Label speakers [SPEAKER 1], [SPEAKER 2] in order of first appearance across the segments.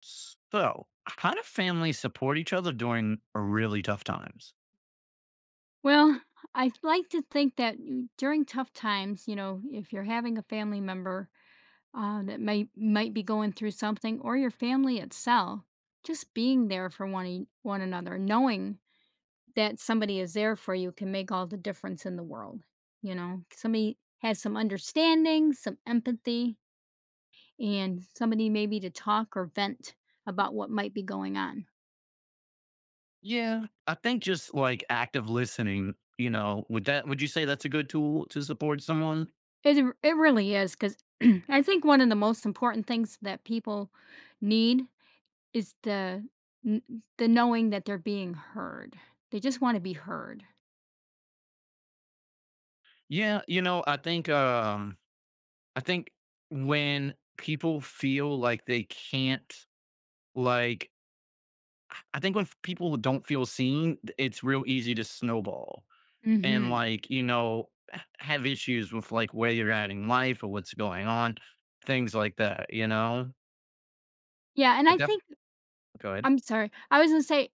[SPEAKER 1] So, how do families support each other during really tough times?
[SPEAKER 2] Well, I like to think that during tough times, you know, if you're having a family member that might be going through something, or your family itself, just being there for one another, knowing that somebody is there for you, can make all the difference in the world. You know, somebody has some understanding, some empathy, and somebody maybe to talk or vent about what might be going on.
[SPEAKER 1] Yeah, I think just like active listening, would you say that's a good tool to support someone?
[SPEAKER 2] It really is because I think one of the most important things that people need is n the knowing that they're being heard. They just wanna be heard.
[SPEAKER 1] Yeah, I think when people feel like they can't, like, I think when people don't feel seen, it's real easy to snowball and,
[SPEAKER 2] Mhm.
[SPEAKER 1] like, have issues with like where you're at in life or what's going on, things like that, you know?
[SPEAKER 2] Yeah, and
[SPEAKER 1] I
[SPEAKER 2] I
[SPEAKER 1] def
[SPEAKER 2] think
[SPEAKER 1] Go ahead.
[SPEAKER 2] I'm sorry. I was gonna say,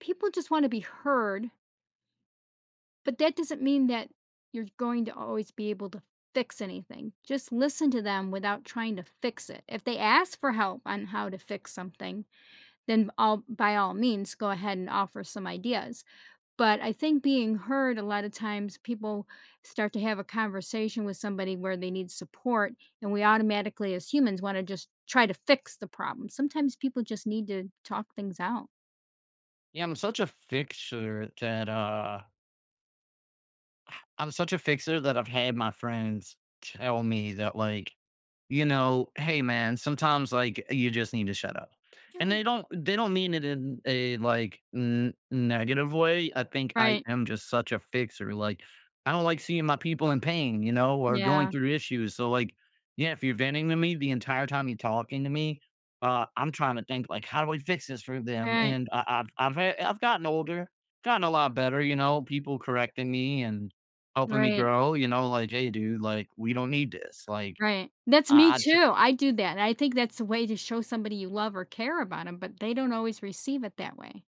[SPEAKER 2] people just wanna be heard, but that doesn't mean that you're going to always be able to fix anything. Just listen to them without trying to fix it. If they ask for help on how to fix something, then all by all means, go ahead and offer some ideas. But I think being heard a lot of times people start to have a conversation with somebody where they need support and we automatically as humans want to just try to fix the problem. Sometimes people just need to talk things out.
[SPEAKER 1] Yeah, I'm such a fixer that I've had my friends tell me that, like, "Hey, man, sometimes, like, you just need to shut up." And
[SPEAKER 2] Yeah.
[SPEAKER 1] they don't mean it in a, like, n negative way. I think I
[SPEAKER 2] Right.
[SPEAKER 1] am just such a fixer, like, I don't like seeing my people in pain, or going
[SPEAKER 2] Yeah.
[SPEAKER 1] through issues, so, like, yeah, if you're venting to me the entire time you're talking to me, I'm trying to think, like, "How do we fix this for them?"
[SPEAKER 2] Right.
[SPEAKER 1] And I I've had I've gotten older, gotten a lot better, people correcting me and helping me
[SPEAKER 2] Right.
[SPEAKER 1] grow, like, "Hey, dude, like, we don't need this." Like,
[SPEAKER 2] Right. That's me
[SPEAKER 1] I just
[SPEAKER 2] too. I do that. And I think that's a way to show somebody you love or care about them, but they don't always receive it that way.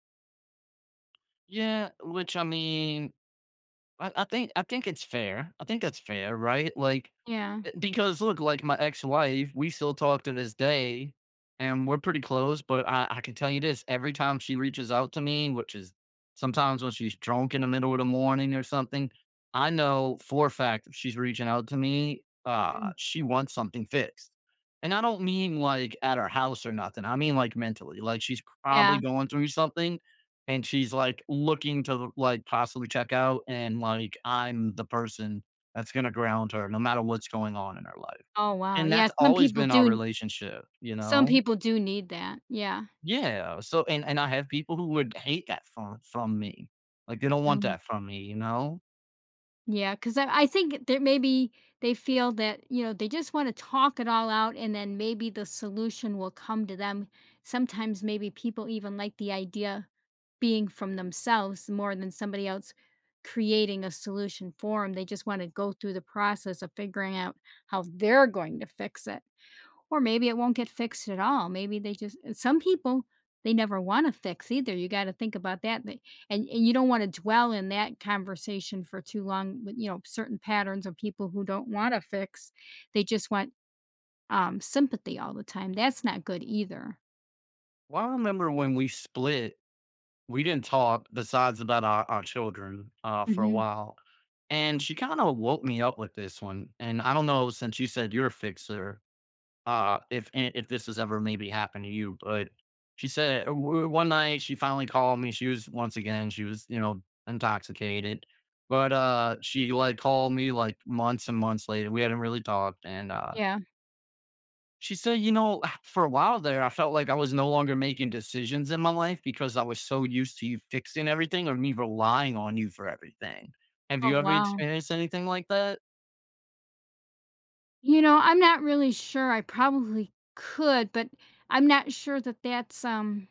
[SPEAKER 1] yeah, which I mean, I think it's fair. I think that's fair, right? Like,
[SPEAKER 2] Yeah.
[SPEAKER 1] because look, like my ex-wife, we still talk to this day, and we're pretty close. But I can tell you this: every time she reaches out to me, which is sometimes when she's drunk in the middle of the morning or something, I know for a fact if she's reaching out to me,
[SPEAKER 2] Mm.
[SPEAKER 1] she wants something fixed. And I don't mean like at her house or nothing. I mean like mentally. Like she's probably
[SPEAKER 2] Yeah.
[SPEAKER 1] going through something, and she's like looking to like possibly check out, and like I'm the person that's gonna ground her no matter what's going on in her life,
[SPEAKER 2] Oh wow.
[SPEAKER 1] and
[SPEAKER 2] Yeah.
[SPEAKER 1] that's
[SPEAKER 2] Some
[SPEAKER 1] always
[SPEAKER 2] people
[SPEAKER 1] been our
[SPEAKER 2] do.
[SPEAKER 1] relationship, you
[SPEAKER 2] Some
[SPEAKER 1] know?
[SPEAKER 2] people do need that. Yeah.
[SPEAKER 1] Yeah, so and I have people who would hate that from me. Like, they don't want that from me, you know?
[SPEAKER 2] Yeah, cause I think that maybe they feel that, you know, they just wanna talk it all out and then maybe the solution will come to them. Sometimes maybe people even like the idea being from themselves more than somebody else creating a solution for 'em. They just wanna go through the process of figuring out how they're going to fix it. Or maybe it won't get fixed at all. Maybe they just and some people, they never wanna fix either. You gotta think about that. They and you don't wanna dwell in that conversation for too long with, you know, certain patterns of people who don't wanna fix. They just want, sympathy all the time. That's not good either.
[SPEAKER 1] Well, I remember when we split, we didn't talk besides about our children, for a
[SPEAKER 2] Mhm.
[SPEAKER 1] while, and she kinda woke me up with this one, and I don't know since you said you're a fixer, if this has ever maybe happened to you, but she said one night she finally called me. She was once again, she was, intoxicated. But she like called me like months and months later. We hadn't really talked. And
[SPEAKER 2] Yeah.
[SPEAKER 1] she said, for a while there, I felt like I was no longer making decisions in my life because I was so used to you fixing everything or me relying on you for everything. Have
[SPEAKER 2] Oh,
[SPEAKER 1] you ever
[SPEAKER 2] wow.
[SPEAKER 1] experienced anything like that?
[SPEAKER 2] You know, I'm not really sure. I probably could, but I'm not sure that that's,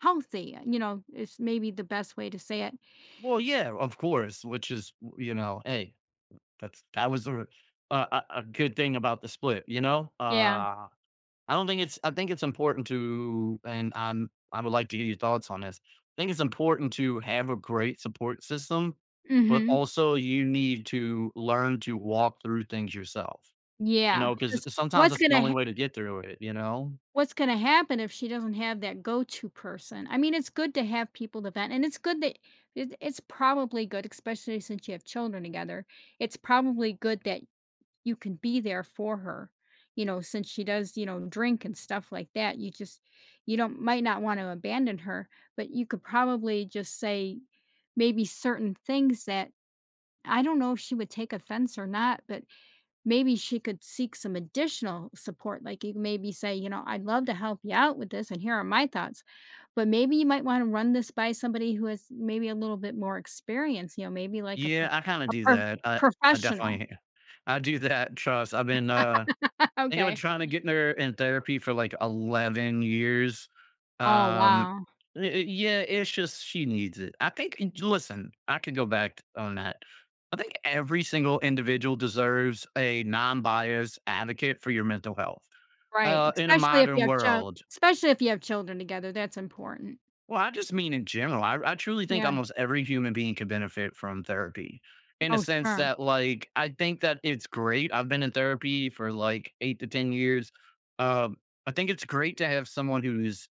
[SPEAKER 2] healthy, you know, it's maybe the best way to say it.
[SPEAKER 1] Well, yeah, of course, which is, hey, that was a good thing about the split, you know?
[SPEAKER 2] Yeah.
[SPEAKER 1] I don't think it's I think it's important to, and I would like to hear your thoughts on this. I think it's important to have a great support system, but
[SPEAKER 2] Mhm.
[SPEAKER 1] also you need to learn to walk through things yourself,
[SPEAKER 2] Yeah,
[SPEAKER 1] because
[SPEAKER 2] because
[SPEAKER 1] sometimes
[SPEAKER 2] what's
[SPEAKER 1] that's the
[SPEAKER 2] gonna
[SPEAKER 1] only
[SPEAKER 2] ha
[SPEAKER 1] way to get through it, you know?
[SPEAKER 2] what's gonna happen if she doesn't have that go-to person? I mean, it's good to have people to vent, and it's good that it's probably good, especially since you have children together, it's probably good that you can be there for her, you know, since she does, you know, drink and stuff like that, you just you don't might not wanna abandon her, but you could probably just say maybe certain things that I don't know if she would take offense or not, but maybe she could seek some additional support. Like you maybe say, you know, I'd love to help you out with this, and here are my thoughts. But maybe you might want to run this by somebody who has maybe a little bit more experience, you know, maybe like
[SPEAKER 1] Yeah, I kinda
[SPEAKER 2] a
[SPEAKER 1] do
[SPEAKER 2] pro-
[SPEAKER 1] that. I I
[SPEAKER 2] professional.
[SPEAKER 1] definitely I do that, trust. I think I've been
[SPEAKER 2] Okay.
[SPEAKER 1] trying to get in there in therapy for like 11 years.
[SPEAKER 2] Oh,
[SPEAKER 1] Um,
[SPEAKER 2] wow.
[SPEAKER 1] yeah, it's just she needs it. I think, listen, I could go back on that. I think every single individual deserves a non biased advocate for your mental health.
[SPEAKER 2] Right.
[SPEAKER 1] In a
[SPEAKER 2] Especially if you
[SPEAKER 1] modern
[SPEAKER 2] have child.
[SPEAKER 1] world,
[SPEAKER 2] Especially if you have children together, that's important.
[SPEAKER 1] well, I just mean in general. I truly think
[SPEAKER 2] Yeah.
[SPEAKER 1] almost every human being could benefit from therapy in a
[SPEAKER 2] Oh,
[SPEAKER 1] sense
[SPEAKER 2] sure.
[SPEAKER 1] that, like, I think that it's great. I've been in therapy for like 8 to 10 years. Um, I think it's great to have someone who's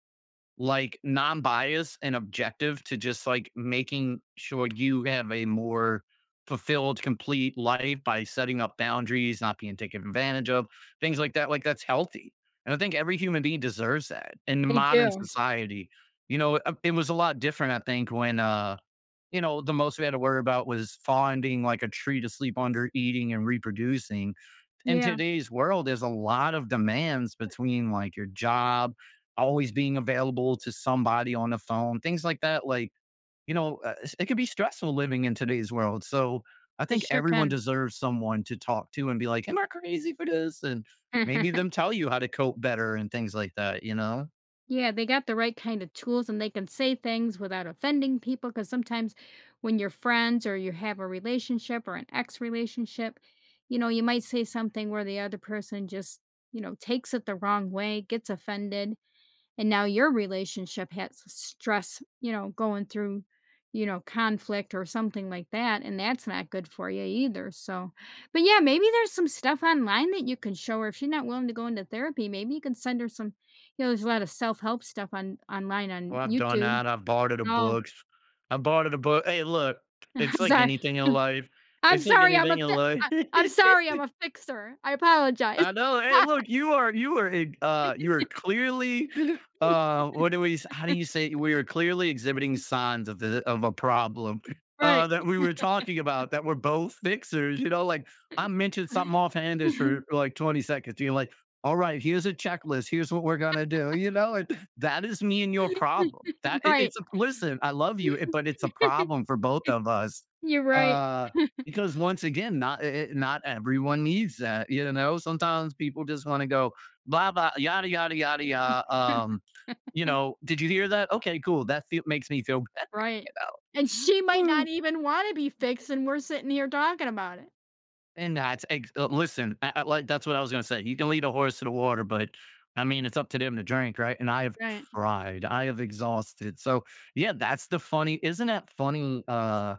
[SPEAKER 1] like non-biased and objective to just like making sure you have a more fulfilled complete life by setting up boundaries, not being taken advantage of, things like that. Like, that's healthy, and I think every human being deserves that in
[SPEAKER 2] They
[SPEAKER 1] modern
[SPEAKER 2] do.
[SPEAKER 1] society. It was a lot different, I think, when the most we had to worry about was finding like a tree to sleep under, eating, and reproducing. In
[SPEAKER 2] Yeah.
[SPEAKER 1] today's world, there's a lot of demands between like your job, always being available to somebody on the phone, things like that. Like, it could be stressful living in today's world. So I
[SPEAKER 2] They
[SPEAKER 1] think
[SPEAKER 2] sure
[SPEAKER 1] everyone
[SPEAKER 2] can.
[SPEAKER 1] deserves someone to talk to and be like, am I crazy for this? And maybe them tell you how to cope better and things like that, you know?
[SPEAKER 2] Yeah, they got the right kind of tools and they can say things without offending people because sometimes when you're friends or you have a relationship or an ex relationship, you know, you might say something where the other person just, you know, takes it the wrong way, gets offended and now your relationship has stress, you know, going through, you know, conflict or something like that, and that's not good for you either. So, but yeah, maybe there's some stuff online that you can show her if she's not willing to go into therapy. Maybe you can send her some. You know, there's a lot of self help stuff on online on
[SPEAKER 1] Well, I've done
[SPEAKER 2] YouTube.
[SPEAKER 1] that. I've borrowed the
[SPEAKER 2] Oh,
[SPEAKER 1] books. I borrowed a book. Hey, look,
[SPEAKER 2] I'm
[SPEAKER 1] it's like
[SPEAKER 2] sorry.
[SPEAKER 1] anything in life.
[SPEAKER 2] I'm
[SPEAKER 1] It's like
[SPEAKER 2] sorry. I'm
[SPEAKER 1] anything
[SPEAKER 2] a.
[SPEAKER 1] in
[SPEAKER 2] Fi-
[SPEAKER 1] life.
[SPEAKER 2] I, I'm sorry. I'm a fixer. I apologize.
[SPEAKER 1] I know. Hey, look, you are clearly what do we s- how do you say it? We are clearly exhibiting signs of a problem
[SPEAKER 2] Right.
[SPEAKER 1] that we were talking about, that we're both fixers, you know, like I mentioned something offhandish for like 20 seconds. You're like, all right, here's a checklist, here's what we're gonna do, and that is me and your problem. That it,
[SPEAKER 2] Right.
[SPEAKER 1] it's a listen, I love you, but it's a problem for both of us.
[SPEAKER 2] You're right.
[SPEAKER 1] Uh because once again, not eh eh not everyone needs that, you know? Sometimes people just wanna go, "Blah, blah, yada, yada, yada, ya" "Did you hear that? Okay, cool. That feel makes me feel better.
[SPEAKER 2] Right, and she might not
[SPEAKER 1] Woo."
[SPEAKER 2] even wanna be fixed, and we're sitting here talking about it.
[SPEAKER 1] And listen, like, that's what I was gonna say. You can lead a horse to the water, but I mean, it's up to them to drink, right? And I have
[SPEAKER 2] Right,
[SPEAKER 1] tried, I have exhausted. So yeah, that's the funny. Isn't that funny? Uh,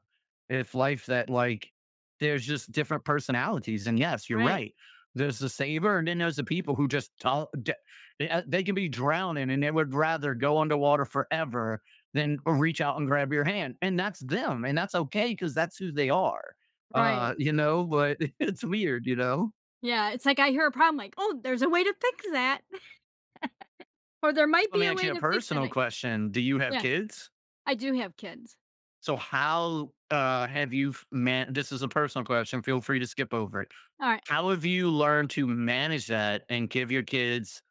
[SPEAKER 1] if life that like there's just different personalities, and yes, you're
[SPEAKER 2] right,
[SPEAKER 1] right. There's the saver, and then there's the people who just they can be drowning, and they would rather go underwater forever than reach out and grab your hand, and that's them, and that's okay because that's who they are.
[SPEAKER 2] right.
[SPEAKER 1] But it's weird, you know?
[SPEAKER 2] Yeah, it's like I hear a problem, like, "Oh, there's a way to fix that," or "There
[SPEAKER 1] So
[SPEAKER 2] might
[SPEAKER 1] let
[SPEAKER 2] be
[SPEAKER 1] me
[SPEAKER 2] a
[SPEAKER 1] ask
[SPEAKER 2] way
[SPEAKER 1] you a
[SPEAKER 2] to fix that."
[SPEAKER 1] personal
[SPEAKER 2] I
[SPEAKER 1] question. Do you have
[SPEAKER 2] yeah,
[SPEAKER 1] kids?
[SPEAKER 2] I do have kids.
[SPEAKER 1] So how have you f- man? This is a personal question. Feel free to skip over it.
[SPEAKER 2] Alright.
[SPEAKER 1] How have you learned to manage that and give your kids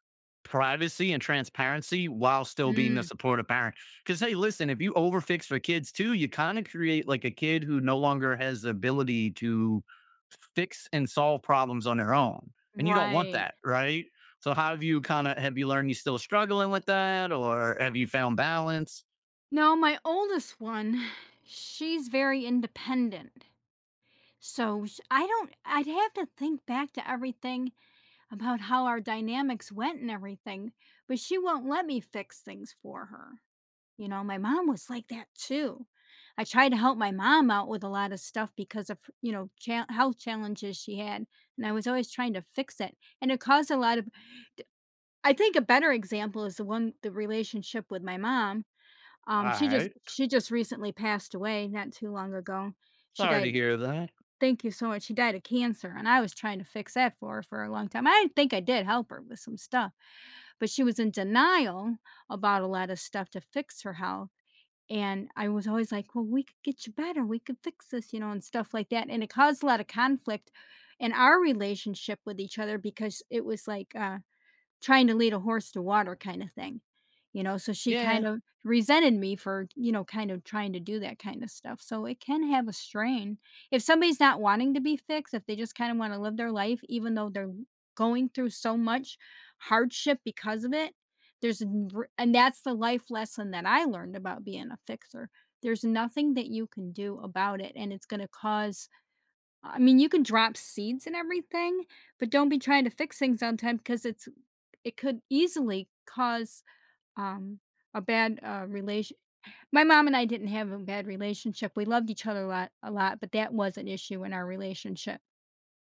[SPEAKER 1] privacy and transparency while still being a
[SPEAKER 2] Mm.
[SPEAKER 1] supportive parent? Because hey, listen, if you overfix for kids too, you kind of create like a kid who no longer has the ability to fix and solve problems on their own. And you don't want
[SPEAKER 2] Right.
[SPEAKER 1] that, right? So how have you kind of have you learned, you still struggling with that, or have you found balance?
[SPEAKER 2] No, my oldest one, she's very independent, so sh I don't I'd have to think back to everything about how our dynamics went and everything, but she won't let me fix things for her. You know, my mom was like that too. I tried to help my mom out with a lot of stuff because of, you know, health challenges she had. And I was always trying to fix it. And it caused a lot of, I think a better example is the one, the relationship with my mom.
[SPEAKER 1] All right.
[SPEAKER 2] She just recently passed away not too long ago. She
[SPEAKER 1] Sorry
[SPEAKER 2] died.
[SPEAKER 1] to hear that.
[SPEAKER 2] Thank you so much. She died of cancer. And I was trying to fix that for her for a long time. I think I did help her with some stuff, but she was in denial about a lot of stuff to fix her health and I was always like, "Well, we could get you better. We could fix this," you know, and stuff like that, and it caused a lot of conflict in our relationship with each other because it was like, trying to lead a horse to water kind of thing, you know, so she kind
[SPEAKER 1] Yeah.
[SPEAKER 2] of resented me for, you know, kind of trying to do that kind of stuff, so it can have a strain. If somebody's not wanting to be fixed, if they just kinda wanna live their life even though they're going through so much hardship because of it, there's n r and that's the life lesson that I learned about being a fixer. There's nothing that you can do about it, and it's gonna cause I mean, you can drop seeds and everything, but don't be trying to fix things on time because it could easily cause, um, a bad, relation my mom and I didn't have a bad relationship. We loved each other a lot, but that was an issue in our relationship.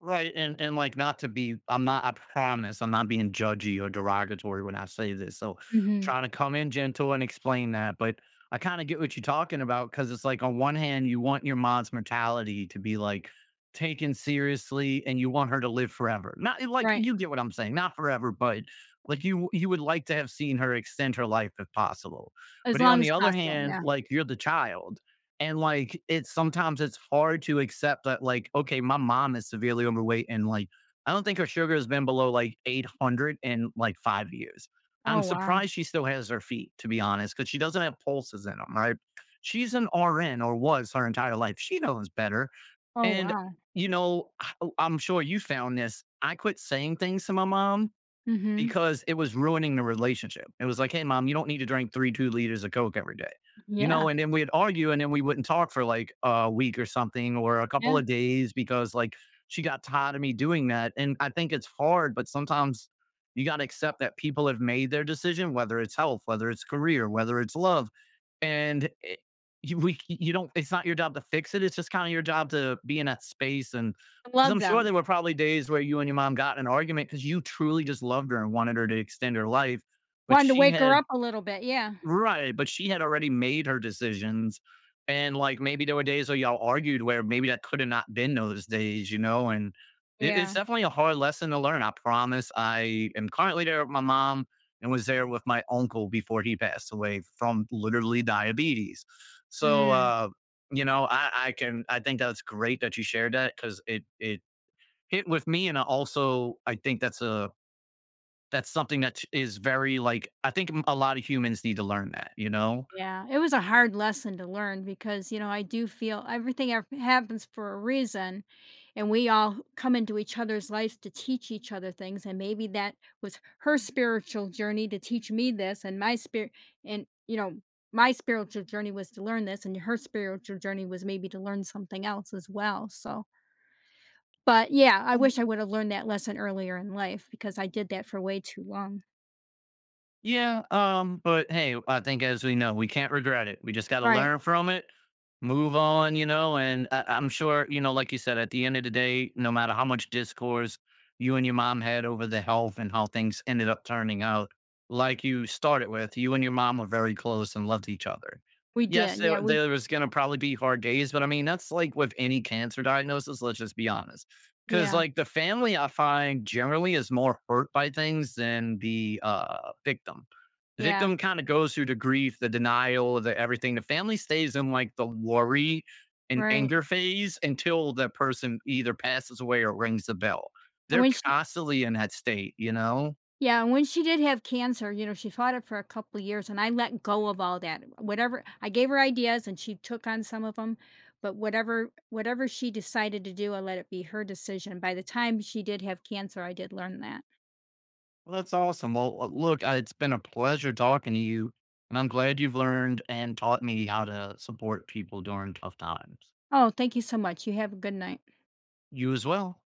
[SPEAKER 1] Right, and, like, not to be I'm not I promise I'm not being judgy or derogatory when I say this, so
[SPEAKER 2] Mhm.
[SPEAKER 1] trying to come in gentle and explain that, but I kinda get what you're talking about, because it's like on one hand, you want your mom's mortality to be, like, taken seriously and you want her to live forever. Not eh, like,
[SPEAKER 2] Right.
[SPEAKER 1] you get what I'm saying, not forever, but, like, you would like to have seen her extend her life if possible.
[SPEAKER 2] As
[SPEAKER 1] But
[SPEAKER 2] long
[SPEAKER 1] on
[SPEAKER 2] as
[SPEAKER 1] the other
[SPEAKER 2] possible,
[SPEAKER 1] hand,
[SPEAKER 2] yeah.
[SPEAKER 1] like, you're the child, and like it's sometimes it's hard to accept that, like, okay, my mom is severely overweight, and like I don't think her sugar has been below like 800 in like 5 years.
[SPEAKER 2] Oh,
[SPEAKER 1] I'm
[SPEAKER 2] wow.
[SPEAKER 1] surprised she still has her feet, to be honest, because she doesn't have pulses in them, right? She's an RN or was her entire life. She knows better.
[SPEAKER 2] Oh,
[SPEAKER 1] And,
[SPEAKER 2] wow.
[SPEAKER 1] I'm sure you found this. I quit saying things to my mom
[SPEAKER 2] Mhm.
[SPEAKER 1] because it was ruining the relationship. It was like, hey, mom, you don't need to drink three, 2 liters of Coke every day. You
[SPEAKER 2] Yeah.
[SPEAKER 1] know, and then we'd argue and then we wouldn't talk for like a week or something or a couple
[SPEAKER 2] Yeah.
[SPEAKER 1] of days because like she got tired of me doing that. And I think it's hard, but sometimes you got to accept that people have made their decision, whether it's health, whether it's career, whether it's love. And it, you, we, you don't, it's not your job to fix it. It's just kind of your job to be in that space, and
[SPEAKER 2] I
[SPEAKER 1] 'cause
[SPEAKER 2] love
[SPEAKER 1] I'm sure
[SPEAKER 2] them.
[SPEAKER 1] there were probably days where you and your mom got in an argument because you truly just loved her and wanted her to extend her life, but
[SPEAKER 2] Wanted to
[SPEAKER 1] she
[SPEAKER 2] wake her
[SPEAKER 1] had
[SPEAKER 2] up a little bit, yeah.
[SPEAKER 1] right, but she had already made her decisions, and, like, maybe there were days where y'all argued where maybe that coulda not been those days, and it
[SPEAKER 2] Yeah.
[SPEAKER 1] it's definitely a hard lesson to learn, I promise. I am currently there with my mom and was there with my uncle before he passed away from literally diabetes. So,
[SPEAKER 2] Mm.
[SPEAKER 1] I think that's great that you shared that because it with me, and I also, I think that's a that's something that is very, like, I think a lot of humans need to learn that, you know?
[SPEAKER 2] Yeah, it was a hard lesson to learn because, you know, I do feel everything happens for a reason. And we all come into each other's lives to teach each other things. And maybe that was her spiritual journey to teach me this, and my spirit, and, you know, my spiritual journey was to learn this, and her spiritual journey was maybe to learn something else as well. So, but yeah, I wish I would have learned that lesson earlier in life because I did that for way too long.
[SPEAKER 1] Yeah, but hey, I think as we know, we can't regret it. We just gotta
[SPEAKER 2] Right.
[SPEAKER 1] learn from it, move on, and I'm sure, like you said, at the end of the day, no matter how much discourse you and your mom had over the health and how things ended up turning out, like you started with, you and your mom were very close and loved each other.
[SPEAKER 2] We
[SPEAKER 1] Yes,
[SPEAKER 2] did. Yeah.
[SPEAKER 1] there,
[SPEAKER 2] We,
[SPEAKER 1] there was going to probably be hard days, but I mean, that's like with any cancer diagnosis, let's just be honest. 'Cause
[SPEAKER 2] yeah.
[SPEAKER 1] like the family I find generally is more hurt by things than the
[SPEAKER 2] Yeah.
[SPEAKER 1] victim kind of goes through the grief, the denial, the everything. The family stays in like the worry and
[SPEAKER 2] Right.
[SPEAKER 1] anger phase until the person either passes away or rings the bell.
[SPEAKER 2] And
[SPEAKER 1] They're
[SPEAKER 2] when she,
[SPEAKER 1] constantly in that state, you know?
[SPEAKER 2] yeah, and when she did have cancer, you know, she fought it for a couple of years, and I let go of all that. Whatever I gave her ideas, and she took on some of them, but whatever she decided to do, I let it be her decision. By the time she did have cancer, I did learn that.
[SPEAKER 1] Well, that's awesome. Well, look, it's been a pleasure talking to you. And I'm glad you've learned and taught me how to support people during tough times.
[SPEAKER 2] Oh, thank you so much. You have a good night.
[SPEAKER 1] You as well.